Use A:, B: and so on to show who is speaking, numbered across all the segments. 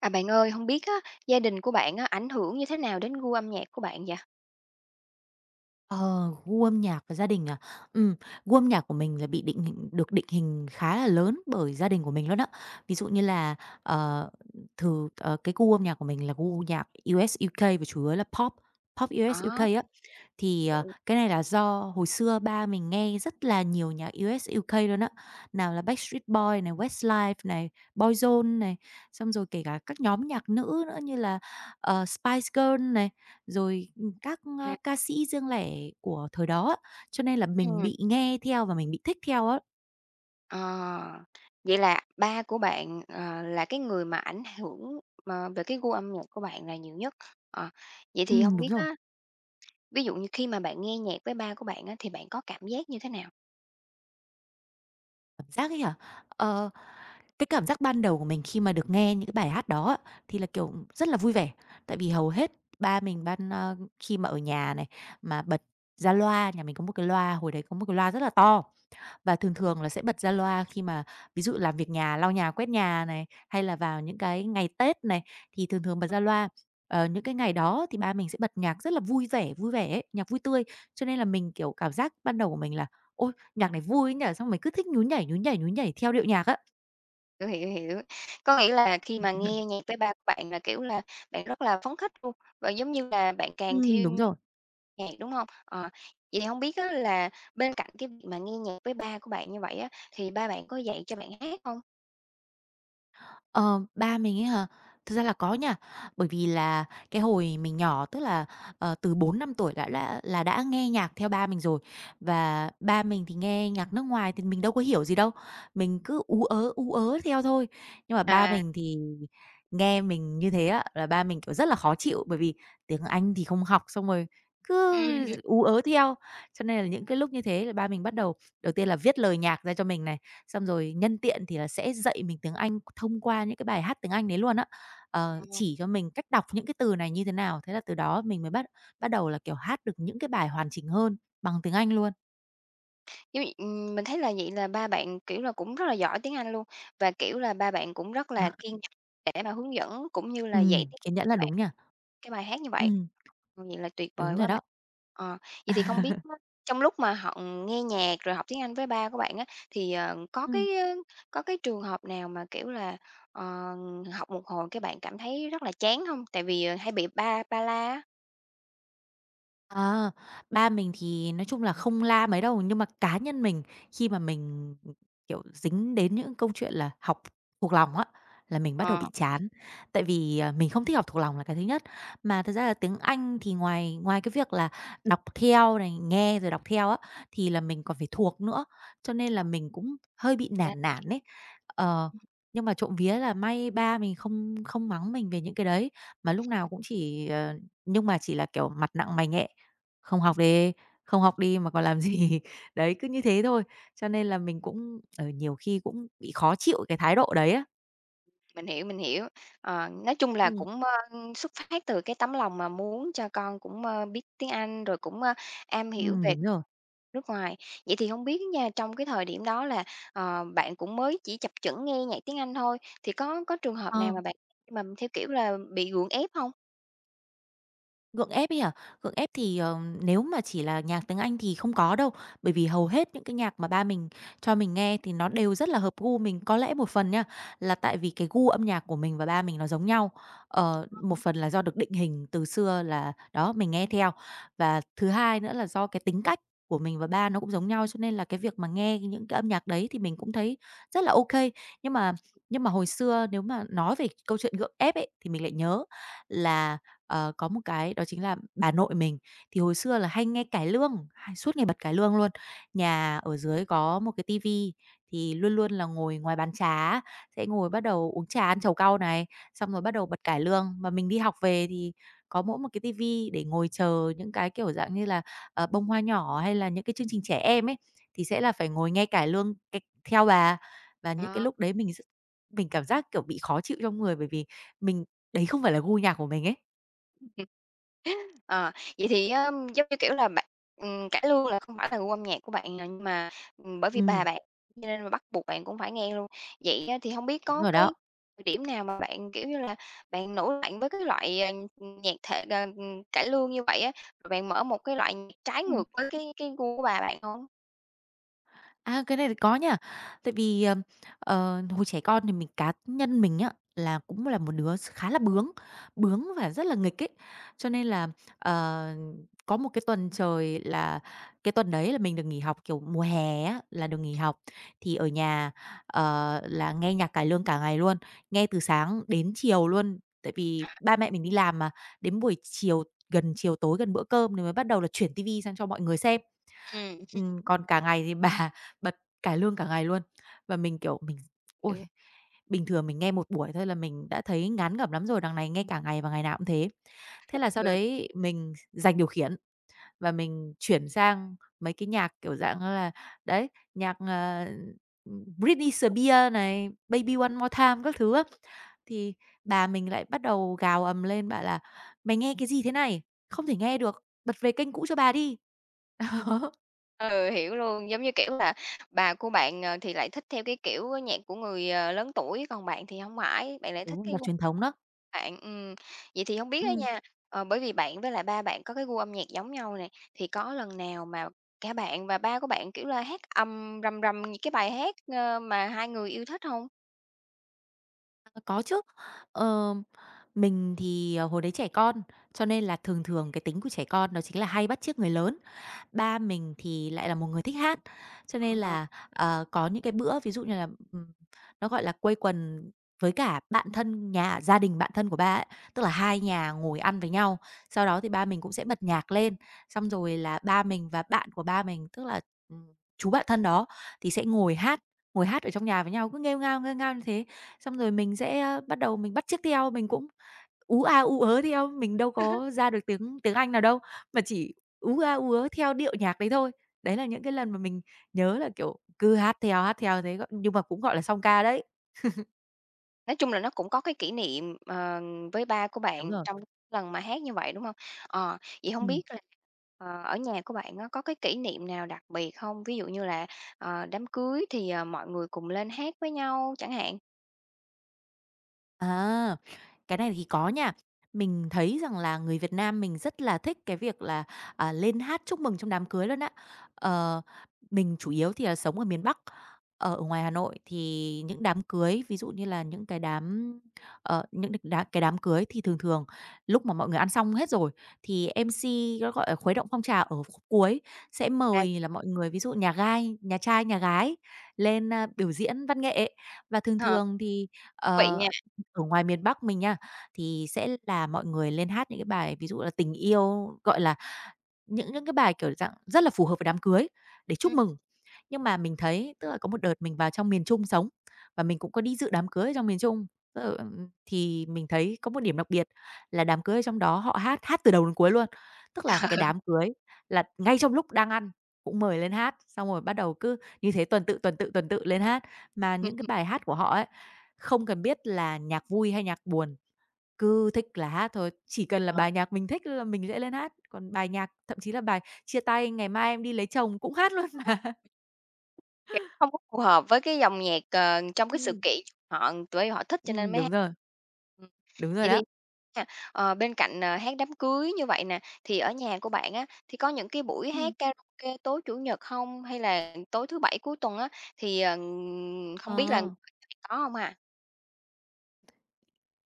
A: À, bạn ơi, không biết á, gia đình của bạn á, ảnh hưởng như thế nào đến gu âm nhạc của bạn vậy?
B: Ờ, Gu âm nhạc và gia đình à? Ừm, Gu âm nhạc của mình là bị định hình được định hình khá là lớn bởi gia đình của mình luôn á. Ví dụ như là, ờ, cái gu âm nhạc của mình là gu nhạc U.S. u UK và chủ yếu là pop, pop U.S. u UK
A: Đó,
B: á. Thì,
A: vậy
B: cái này là do hồi xưa ba mình nghe rất là nhiều nhạc U.S. u UK luôn á. Nào là Backstreet Boy này, Westlife này, Boyzone này, xong rồi kể cả các nhóm nhạc nữ nữa như là, Spice Girl này, rồi các,
A: ha
B: ca sĩ riêng lẻ của thời đó á, cho nên là mình
A: ừm,
B: bị nghe theo và mình bị thích theo á.
A: ờ, vậy là ba của bạn, là cái người mà ảnh hưởng về cái gu âm nhạc của bạn là nhiều nhất. Ờ, Vậy thì không
B: Đúng
A: biết
B: rồi.
A: á, ví dụ như khi mà bạn nghe nhạc với ba của bạn á, thì bạn có cảm giác như thế nào?
B: Cảm giác ấy hả? Ờ, cái cảm giác ban đầu của mình khi mà được nghe những cái bài hát đó á, thì là, kiểu, rất là vui vẻ, tại vì hầu hết ba mình khi mà ở nhà này, mà bật ra loa, nhà mình có một cái loa, hồi đấy có một cái loa rất là to. Và thường thường là sẽ bật ra loa khi mà ví dụ làm việc nhà, lau nhà, quét nhà này, hay là vào những cái ngày Tết này, thì thường thường bật ra loa. Ờ, những cái ngày đó thì ba mình sẽ bật nhạc rất là vui vẻ ấy, nhạc vui tươi, cho nên là mình, kiểu, cảm giác ban đầu của mình là "Ôi, nhạc này vui ấy nhỉ?" Xong mình cứ thích nhún nhảy, nhún nhảy, nhún nhảy theo điệu nhạc á.
A: Hiểu, hiểu, hiểu. Có nghĩa là khi mà nghe nhạc với ba của bạn là, kiểu là, bạn rất là phấn khích luôn, và giống như là bạn càng
B: Ừm.
A: thi
B: Đúng rồi.
A: nhạc, đúng hông? Ờ, Vậy thì hông biết á là bên cạnh cái việc mà nghe nhạc với ba của bạn như vậy á, thì ba bạn có dạy cho bạn hát hông?
B: Ờ, Ba mình ấy hả? Thực ra là có nha, bởi vì là cái hồi mình nhỏ, tức là, từ bốn năm tuổi đã nghe nhạc theo ba mình rồi. Và ba mình thì nghe nhạc nước ngoài thì mình đâu có hiểu gì đâu, mình cứ ú ớ theo thôi. Nhưng mà ba
A: À,
B: mình thì nghe mình như thế á, là ba mình, kiểu, rất là khó chịu, bởi vì tiếng Anh thì không học, xong rồi
A: Ừm.
B: cứ ú ớ theo. Cho nên là những cái lúc như thế là ba mình bắt đầu. Đầu tiên là viết lời nhạc ra cho mình này, xong rồi nhân tiện thì là sẽ dạy mình tiếng Anh thông qua những cái bài hát tiếng Anh đấy luôn á.
A: ờ,
B: Chỉ cho mình cách đọc những cái từ này như thế nào, thế là từ đó mình mới bắt bắt đầu là, kiểu, hát được những cái bài hoàn chỉnh hơn bằng tiếng Anh luôn.
A: Giống như mình thấy là vậy là ba bạn, kiểu là, cũng rất là giỏi tiếng Anh luôn và, kiểu là, ba bạn cũng rất
B: Ờ.
A: là kiên để mà hướng dẫn cũng như là dạy tiếng
B: Kiên nhẫn là
A: bạn.
B: đúng nha.
A: Cái bài hát như vậy.
B: Ừm,
A: Vậy là tuyệt
B: đúng
A: vời
B: rồi
A: quá
B: đó.
A: bạn. Ờ, Vậy thì không biết á, trong lúc mà họ nghe nhạc rồi học tiếng Anh với ba của bạn á, thì, có
B: Ừm.
A: cái, có cái trường hợp nào mà, kiểu là, ờ, học một hồi cái bạn cảm thấy rất là chán không? Tại vì, hay bị ba ba la á.
B: À, ba mình thì nói chung là không la mấy đâu, nhưng mà cá nhân mình khi mà mình, kiểu, dính đến những câu chuyện là học thuộc lòng á, là mình bắt đầu
A: Ờ,
B: bị chán. Tại vì, à, mình không thích học thuộc lòng là cái thứ nhất, mà thật ra là tiếng Anh thì ngoài ngoài cái việc là đọc theo này, nghe rồi đọc theo á, thì là mình còn phải thuộc nữa, cho nên là mình cũng hơi bị
A: ra
B: nản nản ấy. Ờ, nhưng mà trộm vía là may ba mình không không mắng mình về những cái đấy, mà lúc nào cũng chỉ, nhưng mà chỉ là, kiểu, mặt nặng mày nhẹ, "Không học đi, không học đi mà còn làm gì?" Đấy, cứ như thế thôi. Cho nên là mình cũng, nhiều khi cũng bị khó chịu cái thái độ đấy á.
A: Mình hiểu, mình hiểu. Ờ, nói chung là
B: Ừm,
A: cũng, xuất phát từ cái tấm lòng mà muốn cho con cũng, biết tiếng Anh rồi cũng, am hiểu về
B: đúng rồi.
A: nước ngoài. Vậy thì không biết nha, trong cái thời điểm đó là, bạn cũng mới chỉ chập chững nghe nhạc tiếng Anh thôi, thì có trường hợp
B: Ờ.
A: nào mà bạn mà theo kiểu là bị gượng ép không?
B: Gượng ép ấy hả? Gượng ép thì, nếu mà chỉ là nhạc tiếng Anh thì không có đâu, bởi vì hầu hết những cái nhạc mà ba mình cho mình nghe thì nó đều rất là hợp gu mình. Có lẽ một phần nha, là tại vì cái gu âm nhạc của mình và ba mình nó giống nhau, một phần là do được định hình từ xưa là đó, mình nghe theo. Và thứ hai nữa là do cái tính cách của mình và ba nó cũng giống nhau, cho nên là cái việc mà nghe những cái âm nhạc đấy thì mình cũng thấy rất là ok. Nhưng mà nhưng mà hồi xưa nếu mà nói về câu chuyện gượng ép ấy, thì mình lại nhớ là có một cái đó chính là bà nội mình thì hồi xưa là hay nghe cải lương, hay suốt ngày bật cải lương luôn. Nhà ở dưới có một cái tivi thì luôn luôn là ngồi ngoài bàn trà á, sẽ ngồi bắt đầu uống trà ăn trầu cau này, xong rồi bắt đầu bật cải lương. Mà mình đi học về thì có mỗi một cái tivi để ngồi chờ những cái, kiểu, dạng như là, Bông Hoa Nhỏ hay là những cái chương trình trẻ em ấy, thì sẽ là phải ngồi nghe cải lương c theo bà. Và những cái
A: Ờ,
B: lúc đấy mình mình cảm giác, kiểu, bị khó chịu trong người bởi vì mình đấy không phải là gu nhạc của mình ấy.
A: ờ, Vậy thì á, giống như kiểu là, bạn, cải lương là không phải là gu âm nhạc của bạn nè, nhưng mà, bởi vì bà
B: Ừm,
A: bạn cho nên là bắt buộc bạn cũng phải nghe luôn. Vậy á thì không biết
B: đúng
A: có
B: rồi đó.
A: cái thời điểm nào mà bạn, kiểu như là, bạn nổi loạn với cái loại, nhạc thể cải lương như vậy á, rồi bạn mở một cái loại nhạc trái
B: Ừm,
A: ngược với cái gu của bà bạn không?
B: à, cái này thì có nha. Tại vì, hồi trẻ con thì mình cá nhân mình á, là cũng là một đứa khá là bướng, bướng và rất là nghịch ấy. Cho nên là, ờ, có một cái tuần trời là cái tuần đấy là mình được nghỉ học, kiểu, mùa hè á, là được nghỉ học. Thì ở nhà, là nghe nhạc cải lương cả ngày luôn, nghe từ sáng đến chiều luôn. Tại vì ba mẹ mình đi làm mà, đến buổi chiều, gần chiều tối, gần bữa cơm thì mới bắt đầu là chuyển ti vi sang cho mọi người xem.
A: Ừm.
B: Còn cả ngày thì bà bật cải lương cả ngày luôn. Và mình, kiểu, mình ôi,
A: Ừ,
B: bình thường mình nghe một buổi thôi là mình đã thấy ngán ngẩm lắm rồi, đằng này nghe cả ngày và ngày nào cũng thế. Thế là sau
A: ừ,
B: đấy mình giành điều khiển và mình chuyển sang mấy cái nhạc, kiểu, dạng như là, đấy, nhạc, Britney Spears này, Baby One More Time các thứ á. Thì bà mình lại bắt đầu gào ầm lên bảo là "Mày nghe cái gì thế này? Không thể nghe được, bật về kênh cũ cho bà đi." Đó.
A: ừ, Hiểu luôn, giống như, kiểu là, bà của bạn, thì lại thích theo cái kiểu nhạc của người, lớn tuổi, còn bạn thì không phải, bạn lại
B: Đúng
A: thích
B: rồi,
A: cái
B: nhạc
A: gu
B: truyền thống đó.
A: bạn. Vậy thì không biết á
B: Ừm,
A: nha, bởi vì bạn với lại ba bạn có cái gu âm nhạc giống nhau này thì có lần nào mà cả bạn và ba của bạn, kiểu là, hát âm rầm rầm những cái bài hát, mà hai người yêu thích không?
B: ờ, có chứ. Ờ, mình thì, hồi đấy trẻ con, cho nên là thường thường cái tính của trẻ con đó chính là hay bắt chước người lớn. Ba mình thì lại là một người thích hát, cho nên là, có những cái bữa ví dụ như là, nó, gọi là, quây quần với cả bạn thân nhà gia đình bạn thân của ba ấy, tức là hai nhà ngồi ăn với nhau. Sau đó thì ba mình cũng sẽ bật nhạc lên, xong rồi là ba mình và bạn của ba mình, tức là, ừm, chú bạn thân đó, thì sẽ ngồi hát ở trong nhà với nhau, cứ nghêu ngao như thế. Xong rồi mình sẽ, bắt đầu mình bắt chước theo, mình cũng ú a, ú ớ theo, mình đâu có ra được tiếng tiếng Anh nào đâu, mà chỉ ú a, ú ớ theo điệu nhạc đấy thôi. Đấy là những cái lần mà mình nhớ là, kiểu, cứ hát theo thế, nhưng mà cũng, gọi là, song ca đấy.
A: Nói chung là nó cũng có cái kỷ niệm, với ba của
B: Đúng
A: bạn
B: rồi.
A: trong lần mà hát như vậy, đúng không? Vậy không
B: Ừm.
A: biết là, ở nhà của bạn á, có cái kỷ niệm nào đặc biệt không? Ví dụ như là, đám cưới thì, mọi người cùng lên hát với nhau chẳng hạn,
B: À, cái này thì có nha. Mình thấy rằng là người Việt Nam mình rất là thích cái việc là, lên hát chúc mừng trong đám cưới luôn á. Ờ, mình chủ yếu thì là sống ở miền Bắc, ở ngoài Hà Nội thì những đám cưới, ví dụ như là những cái đám, ờ, những đ đá cái đám cưới thì thường thường lúc mà mọi người ăn xong hết rồi thì MC nó gọi là khuấy động phong trào ở khúc cuối sẽ
A: là
B: mời là mọi người, ví dụ nhà trai, nhà gái lên, biểu diễn văn nghệ. Và thường
A: ờ,
B: thường thì,
A: thú vị nha.
B: ờ ở ngoài miền Bắc mình nha, thì sẽ là mọi người lên hát những cái bài ví dụ là tình yêu, gọi là, những cái bài, kiểu, dạng rất là phù hợp với đám cưới để chúc
A: Ừm.
B: mừng. Nhưng mà mình thấy tức là có một đợt mình vào trong miền Trung sống và mình cũng có đi dự đám cưới ở trong miền Trung. Tức là, thì mình thấy có một điểm đặc biệt là đám cưới ở trong đó họ hát, hát từ đầu đến cuối luôn. Tức là cái đám cưới là ngay trong lúc đang ăn cũng mời lên hát, xong rồi bắt đầu cứ như thế tuần tự, tuần tự, tuần tự lên hát. Mà
A: Ừm,
B: những cái
A: ừm,
B: bài hát của họ ấy, không cần biết là nhạc vui hay nhạc buồn, cứ thích là hát thôi, chỉ cần là
A: ờ.
B: bài nhạc mình thích là mình sẽ lên hát. Còn bài nhạc thậm chí là bài chia tay "Ngày mai em đi lấy chồng" cũng hát luôn mà.
A: Kiểu, không có phù hợp với cái dòng nhạc, trong cái sự
B: Ừm.
A: kiện họ tụi họ thích cho nên
B: Ừm,
A: mới
B: đúng
A: hát.
B: rồi, đúng rồi
A: Vậy thì
B: đó.
A: nha, bên cạnh, hát đám cưới như vậy nè, thì ở nhà của bạn á, thì có những cái buổi
B: Ừm.
A: hát karaoke tối Chủ nhật không? Hay là tối thứ Bảy cuối tuần á, thì, không biết là
B: Ờ.
A: có không à?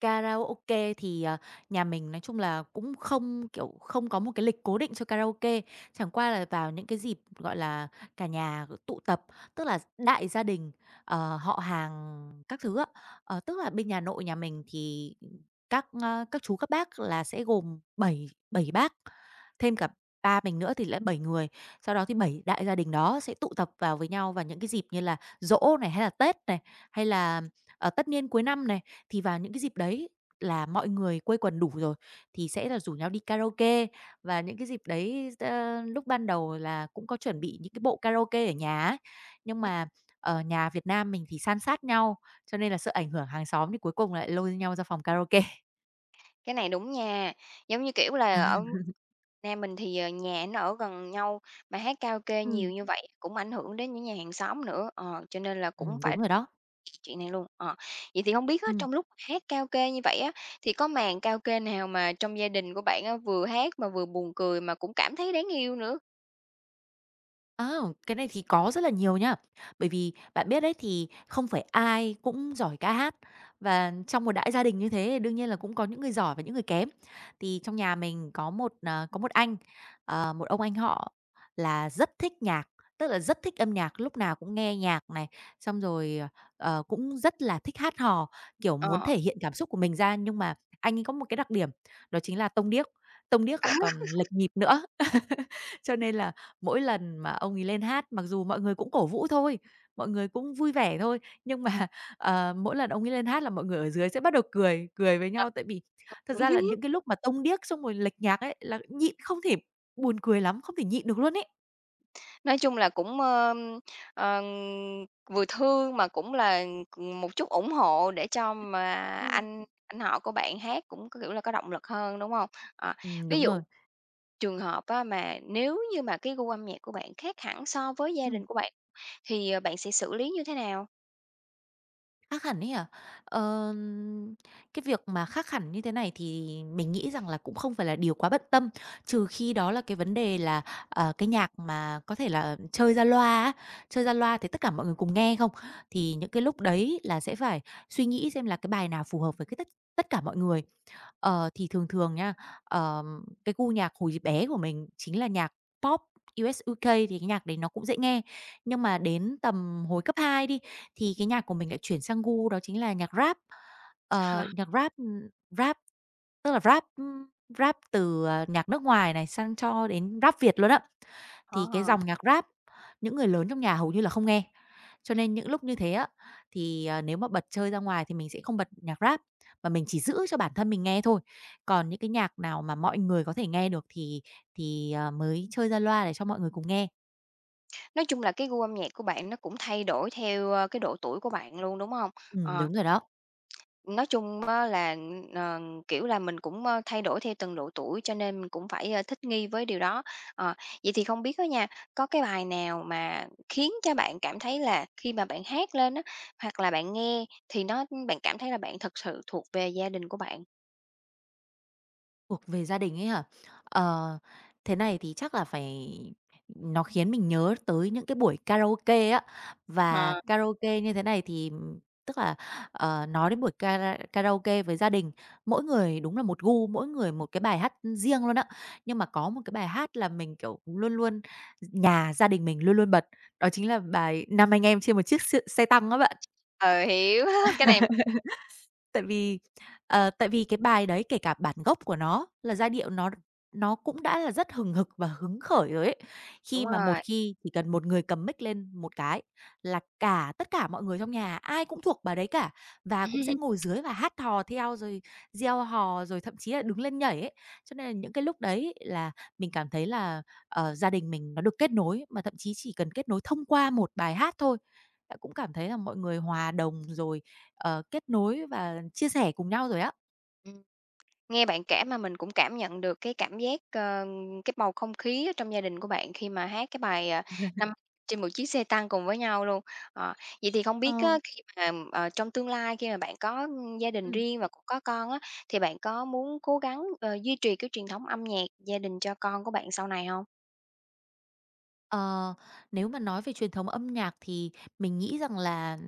B: Karaoke thì, nhà mình nói chung là cũng không, kiểu, không có một cái lịch cố định cho karaoke, chẳng qua là vào những cái dịp, gọi là, cả nhà tụ tập, tức là đại gia đình, họ hàng các thứ á. Ờ, tức là bên nhà nội nhà mình thì các, các chú các bác là sẽ gồm 7 7 bác, thêm cả ba mình nữa thì lại 7 người. Sau đó thì bảy đại gia đình đó sẽ tụ tập vào với nhau vào những cái dịp như là giỗ này, hay là Tết này, hay là tất niên cuối năm này, thì vào những cái dịp đấy là mọi người quây quần đủ rồi, thì sẽ là rủ nhau đi karaoke. Và những cái dịp đấy, lúc ban đầu là cũng có chuẩn bị những cái bộ karaoke ở nhà ấy, nhưng
A: Ừm,
B: mà, ở nhà Việt Nam mình thì san sát nhau, cho nên là sợ ảnh hưởng hàng xóm thì cuối cùng lại lôi nhau ra phòng karaoke.
A: cái này đúng nha, giống như, kiểu
B: À.
A: là, ở Na mình thì, nhà nó ở gần nhau, mà hát karaoke
B: Ừm.
A: nhiều như vậy cũng ảnh hưởng đến những nhà hàng xóm nữa, cho nên là cũng
B: Đúng
A: phải
B: rồi đó.
A: chuyện này luôn. Ờ, Vậy thì không biết á,
B: Ừm.
A: trong lúc hát karaoke như vậy á, thì có màn karaoke nào mà trong gia đình của bạn á, vừa hát mà vừa buồn cười mà cũng cảm thấy đáng yêu nữa?
B: À, cái này thì có rất là nhiều nha. Bởi vì bạn biết đấy thì không phải ai cũng giỏi ca hát và trong một đại gia đình như thế đương nhiên là cũng có những người giỏi và những người kém. Thì trong nhà mình có một anh, một ông anh họ là rất thích nhạc, tức là rất thích âm nhạc, lúc nào cũng nghe nhạc này, xong rồi cũng rất là thích hát hò, kiểu muốn
A: Ờ,
B: thể hiện cảm xúc của mình ra nhưng mà anh ấy có một cái đặc điểm đó chính là tông điếc lại còn lệch nhịp nữa. Cho nên là mỗi lần mà ông ấy lên hát, mặc dù mọi người cũng cổ vũ thôi, mọi người cũng vui vẻ thôi, nhưng mà, mỗi lần ông ấy lên hát là mọi người ở dưới sẽ bắt đầu cười, cười với nhau. Tại vì thật ra là
A: Đúng.
B: những cái lúc mà tông điếc xong rồi lệch nhạc ấy là nhịn không thể buồn cười lắm, không thể nhịn được luôn ấy.
A: Nói chung là cũng, ờ, vừa thương mà cũng là, một chút ủng hộ để cho mà
B: Ừm.
A: anh anh họ của bạn hát cũng, cái kiểu là, có động lực hơn, đúng không? Ờ, ví
B: Đúng
A: dụ
B: rồi.
A: trường hợp á mà nếu như mà cái gu âm nhạc của bạn khác hẳn so với gia
B: Ừm.
A: đình của bạn thì, bạn sẽ xử lý như thế nào?
B: Khác hẳn ấy hả? Ờ, cái việc mà khác hẳn như thế này thì mình nghĩ rằng là cũng không phải là điều quá bận tâm, trừ khi đó là cái vấn đề là, cái nhạc mà có thể là chơi ra loa á, chơi ra loa thì tất cả mọi người cùng nghe không? Thì những cái lúc đấy là sẽ phải suy nghĩ xem là cái bài nào phù hợp với cái tất tất cả mọi người. Ờ, thì thường thường nha, cái gu nhạc hồi bé của mình chính là nhạc pop US UK thì cái nhạc đấy nó cũng dễ nghe, nhưng mà đến tầm hồi cấp 2 đi, thì cái nhạc của mình lại chuyển sang gu đó chính là nhạc Rap.
A: Ờ.
B: Ờ, nhạc Rap, Rap tức là Rap, Rap từ, nhạc nước ngoài này, sang cho đến Rap Việt luôn á. Thì cái
A: ờ.
B: dòng nhạc Rap, những người lớn trong nhà hầu như là không nghe, cho
A: Ừm.
B: nên những lúc như thế á, thì, nếu mà bật chơi ra ngoài thì mình sẽ không bật nhạc Rap, mà mình chỉ giữ cho bản thân mình nghe thôi. Còn những cái nhạc nào mà mọi người có thể nghe được thì mới chơi ra loa để cho mọi người cùng nghe.
A: Nói chung là cái gu âm nhạc của bạn nó cũng thay đổi theo, cái độ tuổi của bạn luôn, đúng hông? Ờ,
B: Đúng rồi đó.
A: nói chung á là, ờ, kiểu là, mình cũng, thay đổi theo từng độ tuổi cho nên mình cũng phải, thích nghi với điều đó. Ờ, Vậy thì không biết á nha, có cái bài nào mà khiến cho bạn cảm thấy là khi mà bạn hát lên á, hoặc là bạn nghe thì nó bạn cảm thấy là bạn thực sự thuộc về gia đình của bạn?
B: Thuộc về gia đình ấy hả? Ờ, thế này thì chắc là phải nó khiến mình nhớ tới những cái buổi karaoke á, và
A: Ờ,
B: karaoke như thế này thì, tức là, nói đến buổi karaoke với gia đình, mỗi người đúng là một gu, mỗi người một cái bài hát riêng luôn á. Nhưng mà có một cái bài hát là mình, kiểu, luôn luôn gia đình mình luôn luôn bật, đó chính là bài "Năm Anh Em Trên Một Chiếc Xe Tăng" á bạn.
A: ừ, hiểu, cái này
B: Tại vì, tại vì cái bài đấy kể cả bản gốc của nó là giai điệu nó cũng đã là rất hừng hực và hứng khởi rồi ấy.
A: đúng
B: Khi mà một
A: rồi.
B: khi chỉ cần một người cầm mic lên một cái là cả tất cả mọi người trong nhà ai cũng thuộc bài đấy cả, và cũng sẽ ngồi dưới và hát hò theo, rồi reo hò, rồi thậm chí là đứng lên nhảy ấy. Cho nên là những cái lúc đấy là mình cảm thấy là, gia đình mình nó được kết nối, mà thậm chí chỉ cần kết nối thông qua một bài hát thôi bạn cũng cảm thấy là mọi người hòa đồng rồi, kết nối và chia sẻ cùng nhau rồi á.
A: Ừm, Nghe bạn kể mà mình cũng cảm nhận được cái cảm giác, cái bầu không khí ở trong gia đình của bạn khi mà hát cái bài, à, "Năm trên một chiếc xe tăng" cùng với nhau luôn. Ờ, Vậy thì không
B: Ờ,
A: biết á, khi mà, trong tương lai khi mà bạn có, gia đình
B: ừm.
A: riêng và cũng có con á, thì bạn có muốn cố gắng, duy trì cái truyền thống âm nhạc gia đình cho con của bạn sau này không?
B: Ờ, nếu mà nói về truyền thống âm nhạc thì mình nghĩ rằng là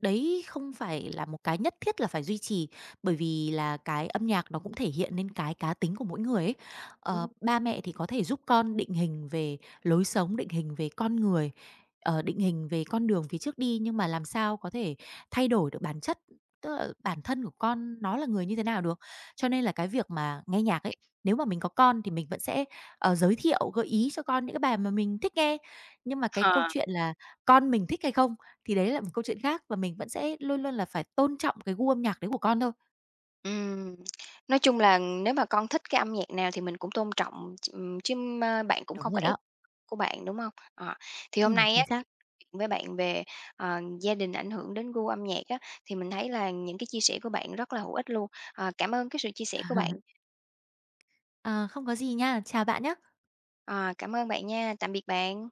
B: đấy không phải là một cái nhất thiết là phải duy trì, bởi vì là cái âm nhạc nó cũng thể hiện nên cái cá tính của mỗi người ấy. Ờ,
A: Ừm,
B: ba mẹ thì có thể giúp con định hình về lối sống, định hình về con người, định hình về con đường phía trước đi, nhưng mà làm sao có thể thay đổi được bản chất, tức là bản thân của con nó là người như thế nào được. Cho nên là cái việc mà nghe nhạc ấy, nếu mà mình có con thì mình vẫn sẽ, giới thiệu, gợi ý cho con những cái bài mà mình thích nghe. Nhưng mà cái câu
A: ờ.
B: chuyện là con mình thích hay không thì đấy là một câu chuyện khác và mình vẫn sẽ luôn luôn là phải tôn trọng cái gu âm nhạc đấy của con thôi.
A: Ừm, nói chung là nếu mà con thích cái âm nhạc nào thì mình cũng tôn trọng, ch chứ, bạn cũng
B: Đúng
A: không có
B: rồi
A: ép
B: đó.
A: của bạn, đúng không? Ờ, thì hôm nay
B: Chính
A: á
B: xác.
A: chuyện với bạn về, gia đình ảnh hưởng đến gu âm nhạc á, thì mình thấy là những cái chia sẻ của bạn rất là hữu ích luôn. Ờ, cảm ơn cái sự chia sẻ của bạn.
B: Ờ, không có gì nha, chào bạn nhé.
A: Ờ, cảm ơn bạn nha. Tạm biệt bạn.